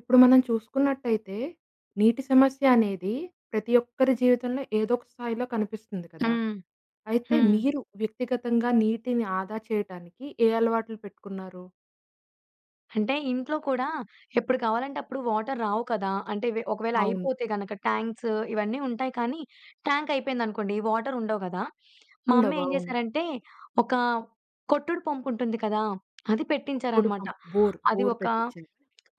ఇప్పుడు మనం చూసుకున్నట్టయితే, నీటి సమస్య అనేది ప్రతి ఒక్కరి జీవితంలో ఏదో ఒక స్థాయిలో కనిపిస్తుంది కదా! హ్మ్. అయితే హ్మ్. మీరు వ్యక్తిగతంగా నీటిని ఆదా చేయటానికి ఏ అలవాట్లు పెట్టుకున్నారు? అంటే ఇంట్లో కూడా ఎప్పుడు కావాలంటే అప్పుడు వాటర్ రావు కదా! అంటే ఒకవేళ అవును. అయిపోతే గనక ట్యాంక్స్ ఇవన్నీ ఉంటాయి కానీ, ట్యాంక్ అయిపోయిందనుకోండి వాటర్ ఉండవు గదా! మా అమ్మ ఉండవు. ఏం అవును. జేశారంటే, ఒక కొట్టుడు పంపుంటుంది కదా! అది ఇప్పుడు పెట్టించారనమాట. పంప్ బోర్, అది బోర్ ఒక పెట్టిచ్చారు.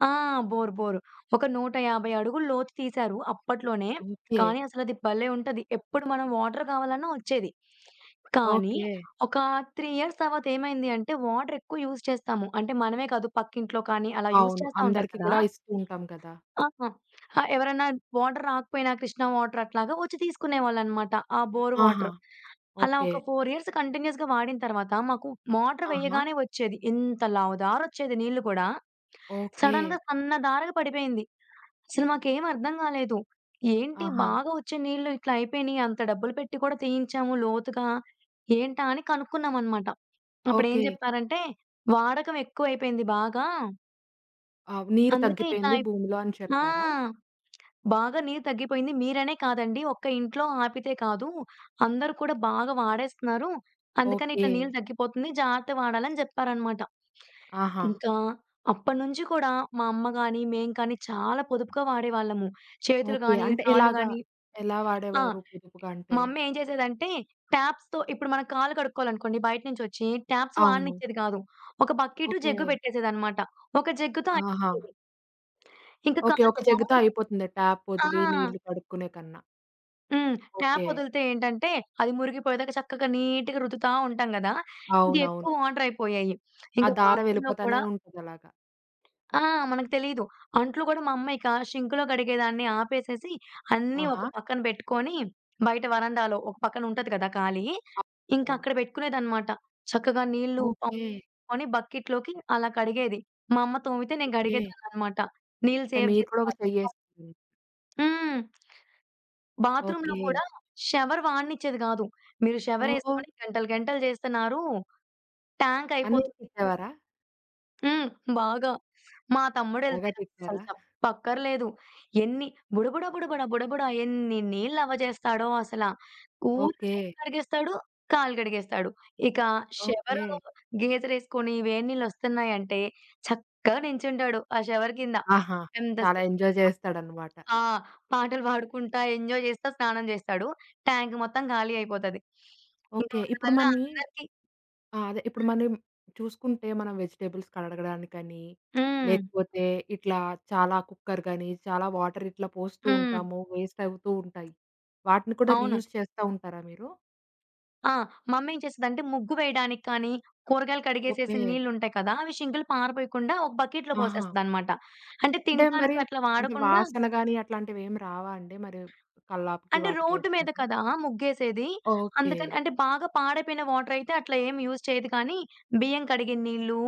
ఆ! Bore, bore. ఒక 150 అడుగులు లోతు తీశారు అప్పట్లోనే. ఓకే. కానీ అసలది భలే ఉంటది. ఎప్పుడు మనం వాటర్ కావాలన్నా వచ్చేది. కానీ ఓకే. ఒక 3 ఇయర్స్ తర్వాత ఏమైంది అంటే వాటర్ ఎక్కువ యూజ్ చేస్తాము. అంటే మనమే కాదు పక్కింట్లో కానీ అలా యూజ్ అవును. చేస్తా ఉంటారు అందరికీ కదా! కూడా ఇస్తూ ఉంటాం కదా! ఆహా! ఆ! ఎవరన్నా వాటర్ రాకపోయినా కృష్ణ వాటర్ అట్లాగా వచ్చి తీసుకునేవాళ్ళనమాట. ఆ బోర్ ఆహా! వాటర్. అలా ఓకే. ఒక 4 ఇయర్స్ కంటిన్యూయస్‌గా వాడిన తర్వాత మాకు మోటర్ ఆహా! వేయగానే వచ్చేది. ఇంత లావు దారొచ్చేది నీళ్లు కూడా. ఓకే. సడెన్‌గా సన్న దారగా పడిపోయింది. అసలు మాకేం అర్థం కాలేదు. ఏంటి ఆహా! బాగా వచ్చే నీళ్లు ఇట్లా అయిపోయినాయి. అంత డబ్బులు పెట్టి కూడా తీయించాము లోతుగా. ఏంటా అని కనుక్కున్నామనమాట. అప్పుడేం ఓకే. చెప్పారంటే వాడకం ఎక్కువైపోయింది బాగా. ఆ! నీరు అందుకే ఇట్లా తగ్గిపోయింది అయి భూమిలో అని ఆ! చెప్పారా? బాగా నీరు తగ్గిపోయింది. మీరనే కాదండి. ఒక్క ఇంట్లో ఆపితే కాదు. అందరూ కూడా బాగా వాడేస్తున్నారు. అందుకని ఓకే. ఇట్లా నీళ్ళు తగ్గిపోతుంది. జాగ్రత్తగా వాడాలని జెప్పారనమాట. ఆహా! ఇంకా అప్పటినుంచి కూడా మా అమ్మ గాని, మేము కానీ చాలా పొదుపుగా వాడేవాళ్ళము. చేతులు ఓకే. గాని, అంటే కాళ్ళు ఎలాగా? గాని ఎలా ఆ! వాడేవారు పొదుపుగా అంటే? మా అమ్మ ఏం చేసేదంటే ట్యాప్స్‌తో ఇప్పుడు మన కాళ్ళు కడుక్కోవాలనుకోండి బయట నుంచొచ్చి ట్యాప్స్ అవును. వాడనిచ్చేది కాదు. ఒక బకెటు, ఓకే. జగ్గు పెట్టేసేదనమాట. ఒక జగ్గుతో ఆహా! అయిపోయేది. ఇంకా ఓకే. కాళ్ళు ఒక జగ్గుతో మామూలుగా అయిపోతుంది. ట్యాప్ ఆ! వదిలి నీళ్లు కడుక్కునే కన్నా. హ్మ్. Tap okay. వదిలితే ఏంటంటే, అది మురిగిపోయేదాకా చక్కగా నీట్‌గా రుద్దుతా ఉంటాం గదా! ఇంక ఎక్కువ అవునవును. వాటర్ అయిపోయాయి. ఆ ఇంక దార బాత్రూమ్‌లో వెళ్ళిపోతానే కూడా ఉంటదలాగా. ఆ! మనకు తెలీదు. అంట్లు గూడా మా అమ్మ ఇక సింక్‌లో కడిగేదాన్ని ఆపేసేసి, అన్నీ ఒక ఆహా! పక్కన పెట్టుకొని, బయట వరండాలో ఒక పక్కన ఉంటది కదా! ఖాళీ. ఇంకా అవును. అక్కడ పెట్టుకునేదనమాట. చక్కగా నీళ్లు ఓకే. పంపుకొని బకెట్‌లోకి అలా కడిగేది. మా అమ్మ తోమితే నేను ఓకే. కడిగేదాన్ననమాట. నీళ్ళు అంటే సేవ్ మీరు కూడా ఒక చేసేవాళ్ళం. చెయ్యేసుకుని. హ్మ్. బాత్రూమ్‌లో ఓకే. కూడా షవర్ వాడనిచ్చేది గాదు. మీరు ఓహో! షవరేసుకొని గంటలు గంటలు జేస్తున్నారు. ట్యాంక్ అని అయిపోతుంది. తిట్టేవారా? హ్మ్. బాగా. మా బాగా తమ్ముడెళ్తే అస్సలు తిట్టారా? చెప్పక్కర్లేదు. ఎన్ని బుడబుడ, బుడబుడ, బుడబుడ ఎన్ని నీళ్లవ్వజేస్తాడో అసల. ఊరికే ఓకే. చేతులు కడిగేస్తాడు, కాళ్ళు కడిగేస్తాడు. ఇక షవరు ఓకే. గీజరేసుకొని వేడి నీళ్లొస్తున్నాయంటే చక్కగా నించుంటాడు ఆ షవర్ కింద. ఆహా! చాలా ఎంతసేపటికి ఎంజాయ్ చేస్తాడన్నమాట. ఆ! పాటలు పాడుకుంటా, ఎంజాయ్ చేస్తా స్నానం చేస్తాడు. ట్యాంక్ మొత్తం ఖాళీ అయిపోతది. ఇంక ఓకే. మన ఇప్పుడు వల్ల మని అందరికీ ఆ! అదే ఇప్పుడు మనం చూసుకుంటే మనం వెజిటబుల్స్ కడగడానికని, హ్మ్. లేకపోతే ఇట్లా చాలా కుక్కర్ గాని, చాలా వాటర్ ఇట్లా పోస్తూ హ్మ్. ఉంటాము. వేస్ట్ అవుతూ ఉంటాయి. వాటిని కూడా అవును. రీయూజ్ చేస్తా ఉంటారా మీరు? ఆ! మమ్మేం చేస్తదంటే ముగ్గు వేయడానికి కానీ, కూరగాయలు ఓకే. కడిగేసేసి నీళ్లుంటాయి కదా! అవి షింకులు పారపోయకుండా ఒక బకెట్‌లో ఆహా! పోసేస్తదనమాట. అంటే అంటే మరి తినటానికి అట్లా అంటే వాడకుండా వాసన గాని అట్లాంటివేమి రావా అండి? మరి కల్లాపుకి అంటే రోడ్డు మీద వాటికేసుకుంటే? కదా! ముగ్గేసేది. ఓకే. అందుకని అంటే బాగా పాడైపోయిన వాటర్ అయితే అట్లా ఏమి యూజ్ చేయదు కానీ, బియ్యం కడిగిన నీళ్ళు,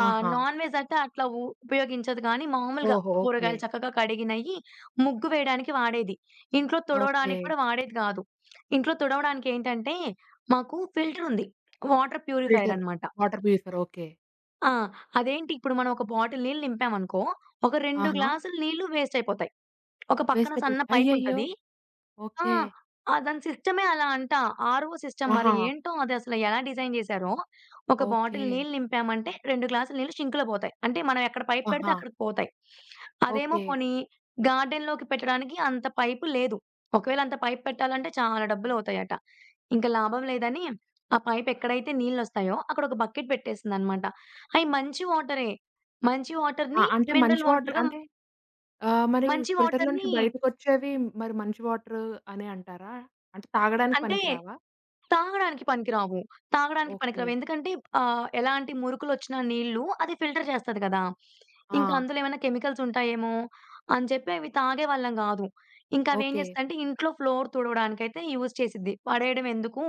ఆహా! నాన్ వెజ్ అయితే అట్లా ఉపయోగించదు కానీ, మామూలుగా ఓహో! ఓకే. కూరగాయలు చక్కగా కడిగినయి ముగ్గు వేయడానికి వాడేది. ఇంట్లో ఓకే. తుడవడానికి కూడా వాడేది కాదు. ఇంట్లో తుడవడానికి ఏంటంటే, మాకు ఫిల్టర్ ఉంది. Water purifier filter. అన్నమాట. Water purifier. ఓకే. ఆ! అదేంటి ఇప్పుడు మనం ఒక బాటిల్ నీళ్ళు నింపామనుకో, ఒక 2 ఆహా! గ్లాసులు నీళ్ళు వేస్ట్ అయిపోతాయి. ఒక పక్కన వేస్ట్ అయ్యిద్ది. సన్న పైప్ అయ్యయ్యో! ఉంటది. ఆ! ఓకే. ఆ! దాని సిస్టమే అలా అంట. ఆర్‌ఓ సిస్టమ్ మరి ఆహా! ఏంటో అదసలు ఎలా డిజైన్ జేశారో, ఒక ఓకే. బాటిల్ నీళ్ళు నింపామంటే 2 గ్లాసుల నీళ్ళు సింక్‌లో పోతాయి. అంటే మనం ఎక్కడ పైప్ పెడితే ఆహా! అక్కడికి పోతాయి. అదేమో ఓకే. పోనీ గార్డెన్‌లోకి పెట్టడానికి అంత పైపు లేదు. ఒకవేళ అంత పైప్ పెట్టాలంటే చాలా డబ్బులవుతాయట. ఇంక లాభం లేదని ఆ పైప్ ఎక్కడైతే నీళ్ళొస్తాయో అక్కడ ఒక బకెట్ పెట్టేసిందనమాట. అయి మంచి వాటరే. మంచి ఆ! వాటర్‌ని అంటే మంచి మినరల్ వాటర్ వాటర్‌గా అంటే ఆహ్, మరి మంచి ఫిల్టర్‌లో వాటర్‌ని నుంచి బయటకొచ్చేవి మరి మంచి వాటర్ అనే అంటారా? అంటే తాగడానికి అంటే పనికిరావా? తాగడానికి పనికిరావు. తాగడానికి ఓకే. పనికిరావు. ఎందుకంటే ఎలాంటి మురుకులొచ్చిన నీళ్ళు అది ఫిల్టర్ చేస్తది కదా! ఆ! ఇంకా అందులో ఏమైనా కెమికల్స్ ఉంటాయేమో అని చెప్పి అవి తాగేవాళ్ళం గాదు. ఇంకా అవేం ఓకే. చేస్తదంటే ఇంట్లో ఫ్లోర్ తుడవడానికైతే యూజ్ చేసిద్ది. పడేయడం ఎందుకు?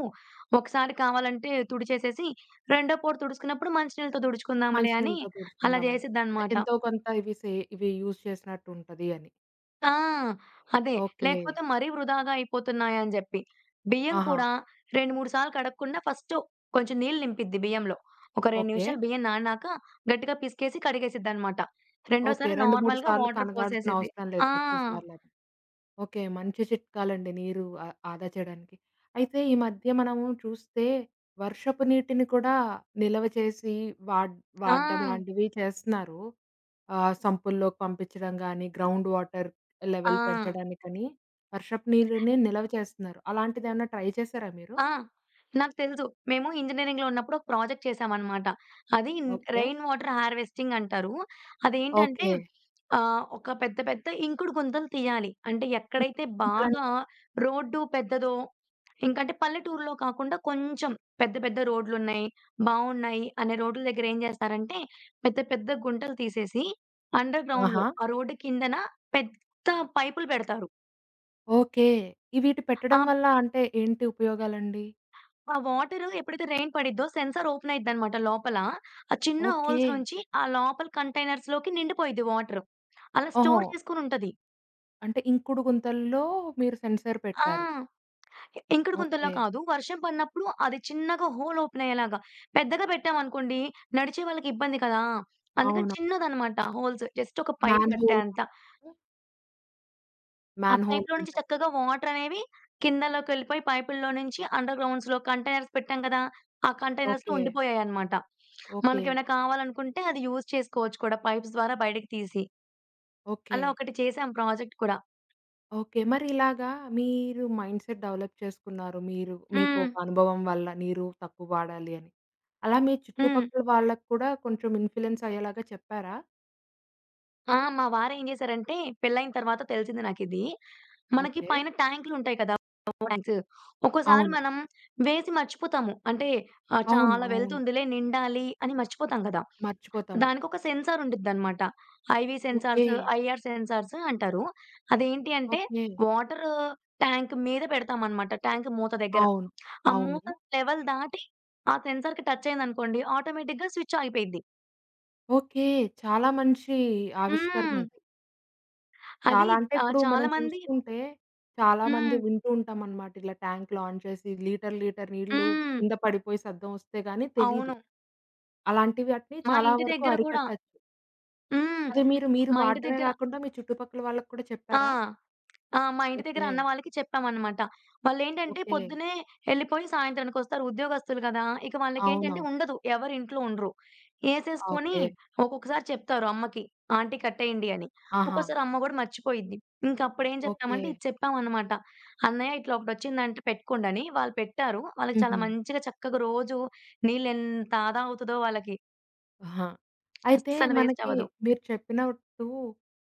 ఒకసారి కావాలంటే తుడిచేసేసి రెండో పూట తుడుచుకున్నప్పుడు మంచినీళ్ళతో తుడుచుకుందాంలే మంచి అని నీళ్ళతో అలా పూడుకుందామని. అంటే చేసిద్దనమాట. ఎంతో కొంత ఇవి సే ఇవి యూజ్ చేసినట్టు ఉంటది అని. ఆ! అదే. ఓకే. లేకపోతే మరీ వృధాగా అయిపోతున్నాయని జెప్పి. బియ్యం ఆహా! కూడా 2, 3 సార్లు కడగకుండా ఫస్టు కొంచెం నీళ్ళు నింపిద్ది బియ్యంలో. ఒక 2 ఓకే. నిమిషాలు బియ్యం నానాక గట్టిగా పిసికేసి కడిగేసిద్దనమాట. ఓకే. రెండోసారి 2, 3 నార్మల్‌గా సార్లు వాటర్ కడగాల్సిన పోసేసిద్ది. అవసరం ఆ! లేదు ఎక్కువ సార్లని. ఓకే. మంచి చిట్కాలండి నీరు ఆ ఆదా చేయడానికి. అయితే ఈ మధ్య మనము చూస్తే వర్షపు నీటిని కూడా నిల్వ చేసి వాడ్ వాడడం ఆ! లాంటివి చేస్తున్నారు. ఆహ్, సంపుల్లోకి పంపించడం గానీ, గ్రౌండ్ వాటర్ ఆ! లెవెల్ పెంచడానికని వర్షపు నీళ్ళని నిల్వ చేస్తున్నారు. అలాంటిదేమన్నా ట్రై చేశారా మీరు? ఆ! నాకు తెలుసు. మేము ఇంజినీరింగ్‌లో ఉన్నప్పుడు ఒక ప్రాజెక్ట్ చేశామనమాట. అది ఓకే. రెయిన్ వాటర్ హార్వెస్టింగ్ అంటారు. అదేంటంటే ఓకే. ఒక పెద్ద పెద్ద ఇంకుడు గుంతలు తీయాలి. అంటే ఈ ఎక్కడైతే గుంతలంటే బాగా రోడ్డు పెద్దదో ఇంకంటే పల్లెటూరులో కాకుండా కొంచెం పెద్ద పెద్ద రోడ్లున్నాయి, బావున్నాయి అనే రోడ్ల దగ్గర ఏం చేస్తారంటే పెద్ద పెద్ద గుంటలు తీసేసి అండర్ గ్రౌండ్‌లో ఆహా! ఆ రోడ్డు కిందన పెద్ద పైపులు పెడతారు. ఓకే. ఈ వీటి ఆ పెట్టడం వల్ల అంటే ఏంటి ఉపయోగాలండి? ఆ వాటరు ఎప్పుడైతే రెయిన్ పడిద్దో సెన్సార్ ఓపెన్ అయిద్దనమాట లోపల. ఆ చిన్న ఓకే. హోల్స్ నుంచి ఆ లోపల కంటైనర్స్‌లోకి నిండిపోయిద్ది వాటరు. అలా ఓహో! స్టోర్ చేసుకొనుంటది. అంటే ఇంకుడు గుంతల్లో మీరు సెన్సార్ పెట్టారు. ఆ! ఇంకుడు గుంతల్లో ఓకే. కాదు. వర్షం పడినప్పుడు అది చిన్నగా హోల్ ఓపెన్ అయ్యేలాగా. పెద్దగా పెట్టామనుకోండి నడిచే వాళ్ళకి ఇబ్బంది కదా! అందుకని అవును. చిన్నదనమాట హోల్స్. జస్ట్ ఒక పైప్ మ్యాన్‌హోల్ పట్టేంత. ఆ మ్యాన్‌హోల్ పైప్‌లో నుంచి సెన్సార్. చక్కగా వాటరనేవి కిందలోకెళ్ళిపోయి పైపుల్లో నుంచి అండర్ గ్రౌండ్స్‌లో కంటైనర్స్ పెట్టాం కదా! ఆ కంటైనర్స్‌లో ఓకే. ఉండిపోయాయన్నమాట. ఓకే. మనకేమైనా కావాలనుకుంటే అది యూజ్ చేసుకోవచ్చు కూడా పైప్స్ ద్వారా బయటకి తీసి. ఓకే. అలా ఒకటి చేసాం ప్రాజెక్ట్ కూడా. ఓకే. మరి ఇలాగా మీరు మైండ్‌సెట్ డెవలప్ చేసుకున్నారు. మీకు హ్మ్. ఒక అనుభవం వల్ల నీరు తక్కువ వాడాలి అని. అలా మీ హ్మ్. చుట్టుపక్కల వాళ్ళకి కూడా కొంచెం ఇన్‌ఫ్లూయెన్స్ అయ్యేలాగా చెప్పారా? ఆ! మా వారేం జేశారంటే, పెళ్ళైన తర్వాత తెలిసింది నాకిది. మనకి ఓకే. పైన ట్యాంకులుంటాయి కదా! Power tanks. ఒక్కోసారి అవును. మనం వేసి మర్చిపోతాము. అంటే అవును. చాలా అవును. వెళ్తుందిలే నిండాలి అని మర్చిపోతాం కదా! మర్చిపోతాము. దానికొక సెన్సార్ ఉండిద్దనమాట. IV okay. Sensors, IR sensors అంటారు. అదేంటి అంటే ఓకే. వాటర్ ట్యాంక్ మీద పెడతామనమాట. ట్యాంక్ మూత దగ్గర. అవును. ఆ మూత అవును. లెవెల్ దాటి ఆ సెన్సార్‌కి టచ్ అయిందనుకోండి ఆటోమేటిక్‌గా స్విచ్ ఆగిపోయిద్ది. ఓకే. చాలా మంచి ఆవిష్కరణ హ్మ్. అది. అది చాలా అంటే ఇప్పుడు చాలా మనం మంది చూసుకుంటే చాలామంది హ్మ్. వింటూ ఉంటామన్నమాట. ఇలా ట్యాంక్ లాంచెసి లీటర్, లీటర్ నీళ్లు హ్మ్. కింద పడిపోయి సద్దం వస్తే గాని అవును. తెలీదు. అలాంటివి వాటిని మా చాలా ఇంటి వరకు దగ్గర గూడా అరికట్టొచ్చు. హ్మ్. అది మీరు మీరు మా ఇంటి వాడడమే దగ్గర గాకుండా మీ చుట్టుపక్కల వాళ్ళకి కూడా ఆ! చెప్పారా? ఆ! మా ఇంటి దగ్గర ఓకే. అన్న వాళ్ళకి చెప్పామన్నమాట. వాళ్ళేంటంటే ఓకే. పొద్దున్నే ఎళ్ళిపోయి సాయంత్రానికొస్తారు. ఉద్యోగస్తులు గదా! ఇక వాళ్ళకేంటంటే అవునవును. ఉండదు. ఎవరు ఇంట్లో ఉండరు. ఏసేసుకొని ఓకే. ఒక్కొక్కసారి చెప్తారు అమ్మకి. ఆంటీ కట్టేయండి అని. ఆహా! ఒక్కోసారి అమ్మ గూడా మర్చిపోయిద్ది. ఇంకప్పుడేం ఓకే. చెప్పామంటే ఇది చెప్పామన్నమాట. "అన్నయ్య ఇట్లా ఒకటొచ్చిందంట పెట్టుకోండని." వాళ్ళు పెట్టారు. వాళ్ళకి చాలా హుహు. మంచిగా చక్కగా రోజు నీళ్ళెంత ఆదా అవుతదో వాళ్ళకి ఆహా! అయితే అస్సలు వేస్ట్ మనకి అవ్వదు. మీరు చెప్పినట్టు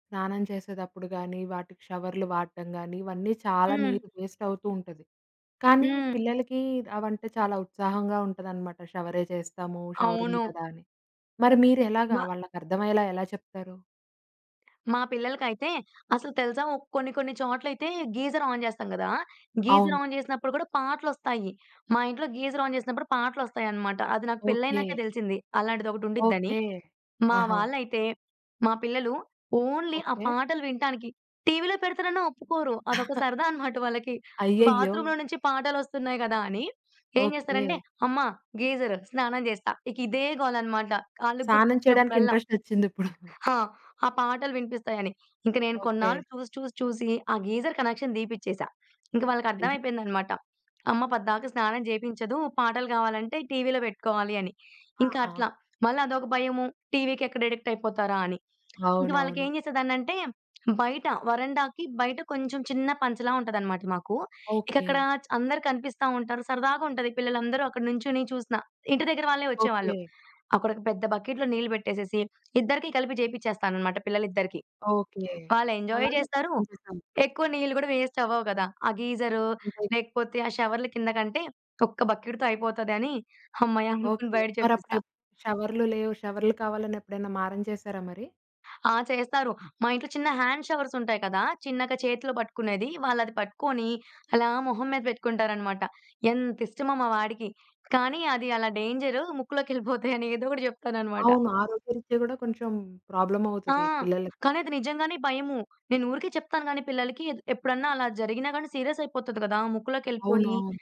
స్నానం చేసేటప్పుడు గాని, వాటికి షవర్‌లు వాడటం గాని, ఇవన్నీ చాలా హ్మ్. నీరు వేస్ట్ అవుతూ ఉంటది. కానీ హ్మ్. పిల్లలకి అవంటే చాలా ఉత్సాహంగా ఉంటదనమాట. షవరే చేస్తాము. షవర్ ఉంది అవును. కదా! అని. మరి మ మీరెలాగా వాళ్ళకర్థమయ్యేలా ఎలా చెప్తారు? మా పిల్లలకైతే అసలు తెలుసా కొన్ని కొన్ని చోట్లయితే గీజర్ ఆన్ జేస్తాం గదా! గీజర్ అవును. ఆన్ జేసినప్పుడు గూడా పాటలొస్తాయి. మా ఇంట్లో గీజర్ ఆన్ జేసినప్పుడు పాటలొస్తాయన్నమాట. అది నాకు ఓకే. పెళ్లయినాకే దెలిసింది. అలాంటిదొకటుండిద్దని. ఓకే. మా ఆహా! వాళ్ళైతే మా పిల్లలు ఓన్లీ ఆ ఓకే. పాటలు వినటానికి టీవీలో పెడతారన్నా ఒప్పుకోరు. అదొక సరదా అన్నమాట వాళ్ళకి. అయ్యయ్యో! బాత్రూమ్‌లో నుంచి పాటలొస్తున్నాయి గదా! అని ఏం ఓకే. జేస్తారంటే, "అమ్మ గీజర్ స్నానం జేస్తా." ఇక ఇదే గోలన్నమాట. ఆళ్ళకి స్నానం చేయడానికి గుర్తొచ్చినప్పుడల్లా. ఇంట్రెస్టొచ్చిందిప్పుడు. ఆ! ఆ పాటలు వినిపిస్తాయని. ఇంక నేను ఓకే. కొన్నాళ్ళు చూసి, చూసి, చూసి ఆ గీజర్ కనెక్షన్ దీపిచ్చేసా. ఇంక అయ్య! వాళ్ళకర్థమైపోయిందనమాట. అమ్మ పద్దాక స్నానం జేపించదు. పాటలు కావాలంటే టీవీలో పెట్టుకోవాలి అని. ఇంక ఆహా! అట్లా. మళ్ళీ అదొక భయము. టీవీకెక్కడ అడిక్ట్ అయిపోతారా అని. ఇంక అవునవును. వాళ్ళకేం చేసేదాన్నంటే, బయట వరండాకి బయట కొంచెం చిన్న పంచలా ఉంటదనమాట మాకు. ఇక ఓకే. అక్కడ అందరూ కనిపిస్తా ఉంటారు. సరదాగా ఉంటది. పిల్లలందరూ అక్కడ నుంచొని చూసినా. ఇంటి దగ్గర వాళ్ళే వచ్చేవాళ్ళు. ఓకే. అక్కడ ఒక పెద్ద బకెట్‌లో నీళ్ళు పెట్టేసేసి, ఇద్దరికీ కలిపి చేపిచ్చేస్తాననమాట పిల్లలిద్దరికీ. ఓకే. వాళ్ళు అలా ఎంజాయ్ చేస్తారు. చేశాను. ఎక్కువ నీళ్ళు గూడా వేస్ట్ అవ్వవు కదా! ఆ గీజరు అంతే. లేకపోతే ఆ షవర్‌ల కింద కంటే, ఒక్క బకెట్‌తో అయిపోతదని హమ్మయ్య! అనుకుని ఓకే. బయట మరప్పుడు చేపిస్తా. షవర్లు లేవు. షవర్లు కావాలని ఎప్పుడైనా మారం చేశారా మరి? ఆ! చేస్తారు. మా ఇంట్లో చిన్న హ్యాండ్ షవర్స్ ఉంటాయి కదా! చిన్నగా చేతిలో పట్టుకునేది. వాళ్ళది పట్టుకొని అలా మొహం మీద పెట్టుకుంటారనమాట. ఎంత ఇష్టమో మా వాడికి. కానీ అది అలా డేంజరు ముక్కులోకెళ్ళిపోతాయని ఏదో ఒకటి చెప్తాననమాట. అవును. ఆరోగ్యరీత్యా గూడా కొంచెం ఆ! ప్రాబ్లమవుతది పిల్లలకి. కానీ అది నిజంగానే భయము. నేను ఊరికే చెప్తాను గానీ పిల్లలకి ఎప్పుడన్నా అలా జరిగినా గానీ సీరియస్ అయిపోతది కదా! ముక్కులోకెళ్ళిపోయి అవునవును.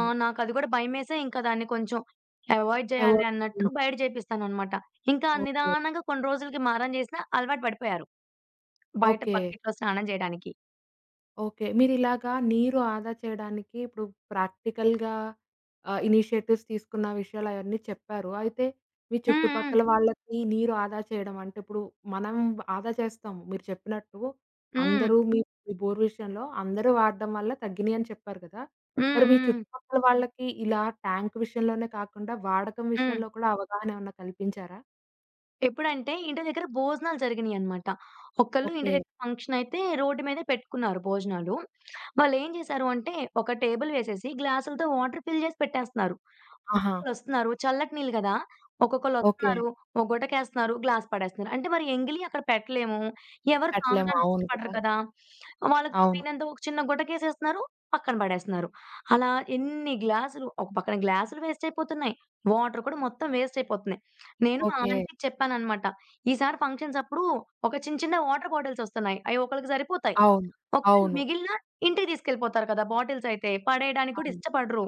ఆ! నాకది కూడా భయమేసే ఇంకా దాన్ని కొంచెం అవాయిడ్ చేయాలి అవాయిడ్ అన్నట్టు హ్మ్. బయట చేపిస్తాననమాట. ఇంకా ఓకే. నిదానంగా కొన్ని రోజులకి మారం చేసినా అలవాటు పడిపోయారు. బయట ఓకే. బకెట్‌లో స్నానం జేయడానికి. ఓకే. మీరిలాగా నీరు ఆదా చేయడానికి ఇప్పుడు ప్రాక్టికల్‌గా ఆహ్, ఇనిషియేటివ్స్ తీసుకున్న విషయాలయన్నీ చెప్పారు. అయితే మీ హ్మ్. హ్మ్. చుట్టుపక్కల హ్మ్. వాళ్ళకి నీరు ఆదా చేయడం అంటే ఇప్పుడు మనం ఆదా చేస్తాము. మీరు చెప్పినట్టు హ్మ్. అందరూ మీ మీ బోర్ విషయంలో అందరూ వాడడం వల్ల తగ్గినియి అని చెప్పారు కదా! హ్మ్. మరి మీ హ్మ్. చుట్టుపక్కల వాళ్ళకి ఇలా ట్యాంక్ విషయంలోనే కాకుండా వాడకం హ్మ్. విషయంలో కూడా అవగాహన ఏమన్నా కల్పించారా? ఎప్పుడంటే ఇంటి దగ్గర భోజనాలు జరిగినియన్నమాట. ఒకళ్ళు ఇంటి ఓకే. దగ్గర ఫంక్షన్ అయితే రోడ్డు మీదే పెట్టుకున్నారు భోజనాలు. వాళ్ళేం జేశారు అంటే ఒక టేబుల్ వేసేసి గ్లాసులతో వాటర్ ఫిల్ జేసి పెట్టేస్తున్నారు. ఆహా! ఒక్కొక్కళ్ళొస్తున్నారు. చల్లటి నీళ్ళు గదా! ఓకే. ఒక్కొక్కళ్ళొస్తున్నారు. ఓ గుటకేస్తున్నారు, గ్లాస్ పడేస్తున్నారు. అంటే మరి ఎంగిలి అక్కడ పెట్టలేము. ఎవరు కట్టలేము. తాగడానికి అవును ఇష్టపడరు కదా! కదా! వాళ్ళకి అవును. తగినంత ఒక చిన్న గుటకేసేస్తున్నారు, పక్కన పడేస్తున్నారు. అలా ఎన్ని గ్లాసులు ఒక పక్కన గ్లాసులు వేస్ట్ అయిపోతున్నాయి. వాటర్ కూడా మొత్తం వేస్ట్ అయిపోతున్నాయి. నేను మా ఓకే. ఆంటీకి చెప్పాననమాట. ఈసారి ఫంక్షన్స్ అప్పుడు ఒక చిన్న చిన్న వాటర్ బాటిల్స్ ఒస్తున్నాయి. అయి ఒకళ్ళకి సరిపోతాయి. అవును. ఒకవేళ అవును. మిగిలినా ఇంటికి తీసుకెళ్ళిపోతారు కదా! బాటిల్స్ అయితే. పడేయడానికి కూడా అవును. ఇష్టపడరు.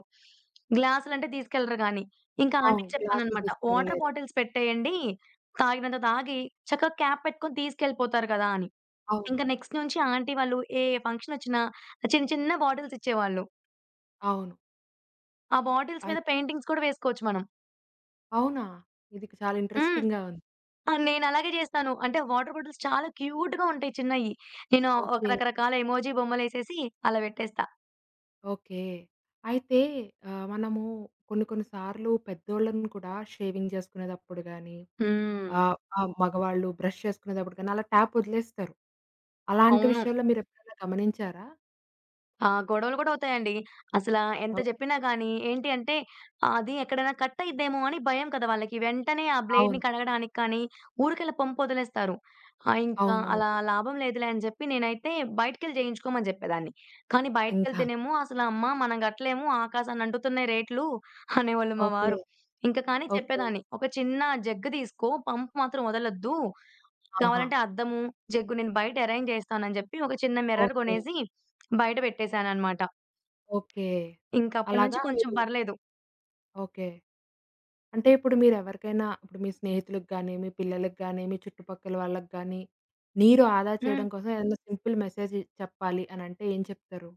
గ్లాసులంటే తీసుకెళ్లరు గానీ. ఇంకా అవును. అవును. ఆంటీకి క్లాసులు చెప్పాననమాట. వాటర్ తీసుకెళ్ళలేదు. బాటిల్స్ పెట్టేయండి. తాగినంత తాగి చక్కగా క్యాప్ పెట్టుకొని తీసుకెళ్ళిపోతారు కదా! అని. అవును. ఇంకా నెక్స్ట్ నుంచి ఆంటీ వాళ్ళు ఏ ఫంక్షనొచ్చినా చిన్న చిన్న బాటిల్స్ ఇచ్చేవాళ్ళు. అవును. ఆ బాటిల్స్ అయి మీద పెయింటింగ్స్ కూడా వేసుకోవచ్చు మనం. అవునా! ఇది చాలా హ్మ్. ఇంట్రెస్టింగ్‌గా ఉంది. ఆ! నేనలాగే చేస్తాను. అంటే వాటర్ బాటిల్స్ చాలా క్యూట్‌గా ఉంటాయి చిన్నయి. నేను ఒక ఓకే. రకరకాల ఎమోజీ బొమ్మలేసేసి అలా పెట్టేస్తా. ఓకే. అయితే ఆహ్, మనము కొన్ని కొన్ని సార్లు పెద్దోళ్ళని కూడా షేవింగ్ చేసుకునేటప్పుడు గాని, హ్మ్. ఆహ్, ఆహ్, మగవాళ్ళు బ్రష్ చేసుకునేటప్పుడు గాని, అలా ట్యాప్ వదిలేస్తారు. అలాంటి అవును. విషయాల్లో మీరెప్పుడైనా గమనించారా? ఆ! గొడవలు గూడా అవుతాయండి. అసలా ఎంత జెప్పినా ఓకే. గానీ ఏంటి అంటే, అది ఎక్కడైనా కట్ అయిద్దేమో అని భయం కదా వాళ్ళకి. వెంటనే ఆ బ్లేడ్‌ని అవును. కడగడానికి కానీ, ఊరికలా పంపొదిలేస్తారు. ఆ! ఇంకా అవునవును. అలా లాభం లేదులే అని జెప్పి నేనైతే బయటికెళ్ళి జేయించుకోమని జెప్పేదాన్ని. కానీ ఇంకా. బయటికెళ్తేనేమో అసలు "అమ్మ మనం గట్టలేము ఆకాశాన్ని అంటుతున్నాయి రేట్లు" అనేవాళ్ళు మా ఓకే. వారు. ఇంక కానీ ఓకే. చెప్పేదాన్ని. "ఒక చిన్న జగ్గు తీసుకో పంప్ మాత్రం వదలొద్దు. ఆహా! కావాలంటే అద్దము, జగ్గు నేను బయట అరేంజ్ జేస్తాను" అని జెప్పి ఒక చిన్న మిర్రర్ ఓకే. గొనేసి బయట పెట్టేసాననమాట. ఓకే. ఇంకప్పటి నుంచి అలాగా కొంచెం మీరు పర్లేదు. ఓకే. అంటే ఇప్పుడు మీరెవరికైనా ఇప్పుడు మీ స్నేహితులకు గానీ, మీ పిల్లలకి గానీ, మీ చుట్టుపక్కల వాళ్ళకి గానీ, నీరు ఆదా హ్మ్. చేయడం కోసం ఏదైనా సింపుల్ మెసేజ్ చెప్పాలి అనంటే ఏం చెప్తారు?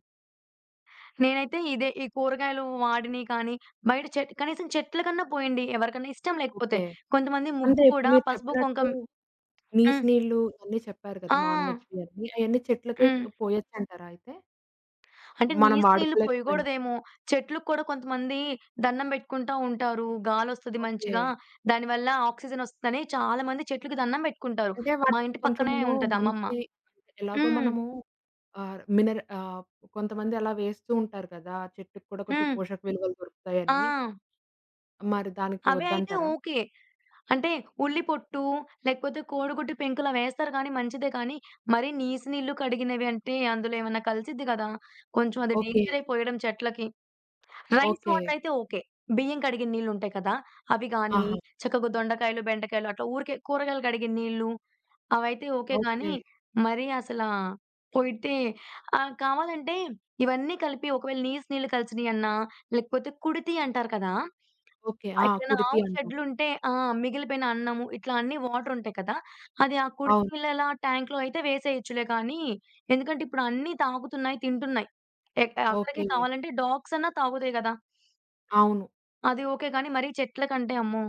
నేనైతే ఇదే ఈ కూరగాయలు వాడినియి కానీ, బయట కనీసం చెట్ల కన్నా పోయండి. ఎవరికన్నా ఇష్టం లేకపోతే. ఓకే. కొంతమంది అంటే ముగ్గు ఇప్పుడు కూడా మీరు పసుపు, చెప్పినట్టు కుంకం నీసు హ్మ్. నీళ్ళు ఇవన్నీ చెప్పారు కదా! ఆ! నాన్ వెజ్‌వి అన్నీ. అయన్నీ చెట్లకే హ్మ్. పోయొచ్చంటారా అయితే? అంటే మనం నీసు నీళ్లు వాడుకోలేకపోయినా. పొయ్యకూడదేమో. చెట్లుకి కూడా కొంతమంది దండం పెట్టుకుంటా ఉంటారు. గాలొస్తది ఓకే. మంచిగా. దానివల్ల ఆక్సిజన్ ఒస్తదని చాలా మంది చెట్లుకి దండం పెట్టుకుంటారు. అంటే మా వాటికి ఇంటి పక్కనే కొంచెము ఉంటది అమ్మమ్మ. మంచి ఎలాగో హ్మ్. మనము ఆహ్, మినర్ ఆహ్, కొంతమంది అలా వేస్తూ ఉంటారు కదా! చెట్టుకి కూడా కొంచెం హ్మ్. పోషక విలువలు ఆ! దొరుకుతాయని. మరి దానికి అవే అయితే వద్దంటారా? ఓకే. అంటే ఉల్లి పొట్టు, లేకపోతే కోడిగుడ్డు పెంకులా వేస్తారు గానీ మంచిదే కానీ, మరీ నీసు నీళ్లు కడిగినవి అంటే అందులో ఏమన్నా కలిసిద్ది కదా! కొంచెం అది ఓకే. డేంజర్ అయిపోయడం చెట్లకి. Rice okay. వాటర్ అయితే ఓకే. బియ్యం కడిగిన నీళ్లుంటాయి కదా! అవి గానీ, ఆహా! చక్కగా దొండకాయలు, బెండకాయలు అట్లా ఊరికే కూరగాయలు కడిగిన నీళ్లు అవైతే ఓకే గానీ, ఓకే. మరీ అసలా పోయితే కావాలంటే ఇవన్నీ కలిపి ఒకవేళ నీసు నీళ్లు కలిసినియన్నా, లేకపోతే కుడితి అంటారు కదా! ఓకే. ఆ! ఎక్కడైనా కుడితి ఆవు అంటాం. షెడ్‌లుంటే ఆ! మిగిలిపోయిన అన్నము ఇట్లా అన్నీ వాటరుంటాయి కదా! అది ఆ కుడితి అవును. బిళ్ళల ట్యాంక్‌లో అయితే వేసేయొచ్చులే కానీ, ఎందుకంటే ఇప్పుడు అన్నీ తాగుతున్నాయి, తింటున్నాయి. అక్కడికి ఓకే. కావాలంటే డాగ్స్ అన్నా తాగుతాయి కదా! అవును. అది ఓకే గానీ మరీ చెట్ల కంటే అమ్మో!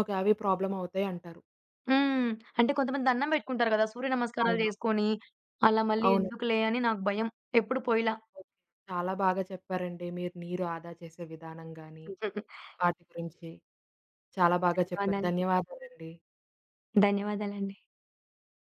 ఓకే. అవి ప్రాబ్లమ్ అవుతాయంటారు. హ్మ్. అంటే కొంతమంది దండం పెట్టుకుంటారు కదా! సూర్య నమస్కారాలు అవును. చేసుకొని, అలా మళ్ళీ అవును. ఎందుకులే అని నాకు భయం. ఎప్పుడు పోయిలా. ఓకే. చాలా బాగా చెప్పారండి. మీరు నీరు ఆదా చేసే విధానం గాని, వాటి గురించి చాలా బాగా చెప్పారు. ధన్యవాదాలు. ధన్యవాదాలండి. ధన్యవాదాలండి.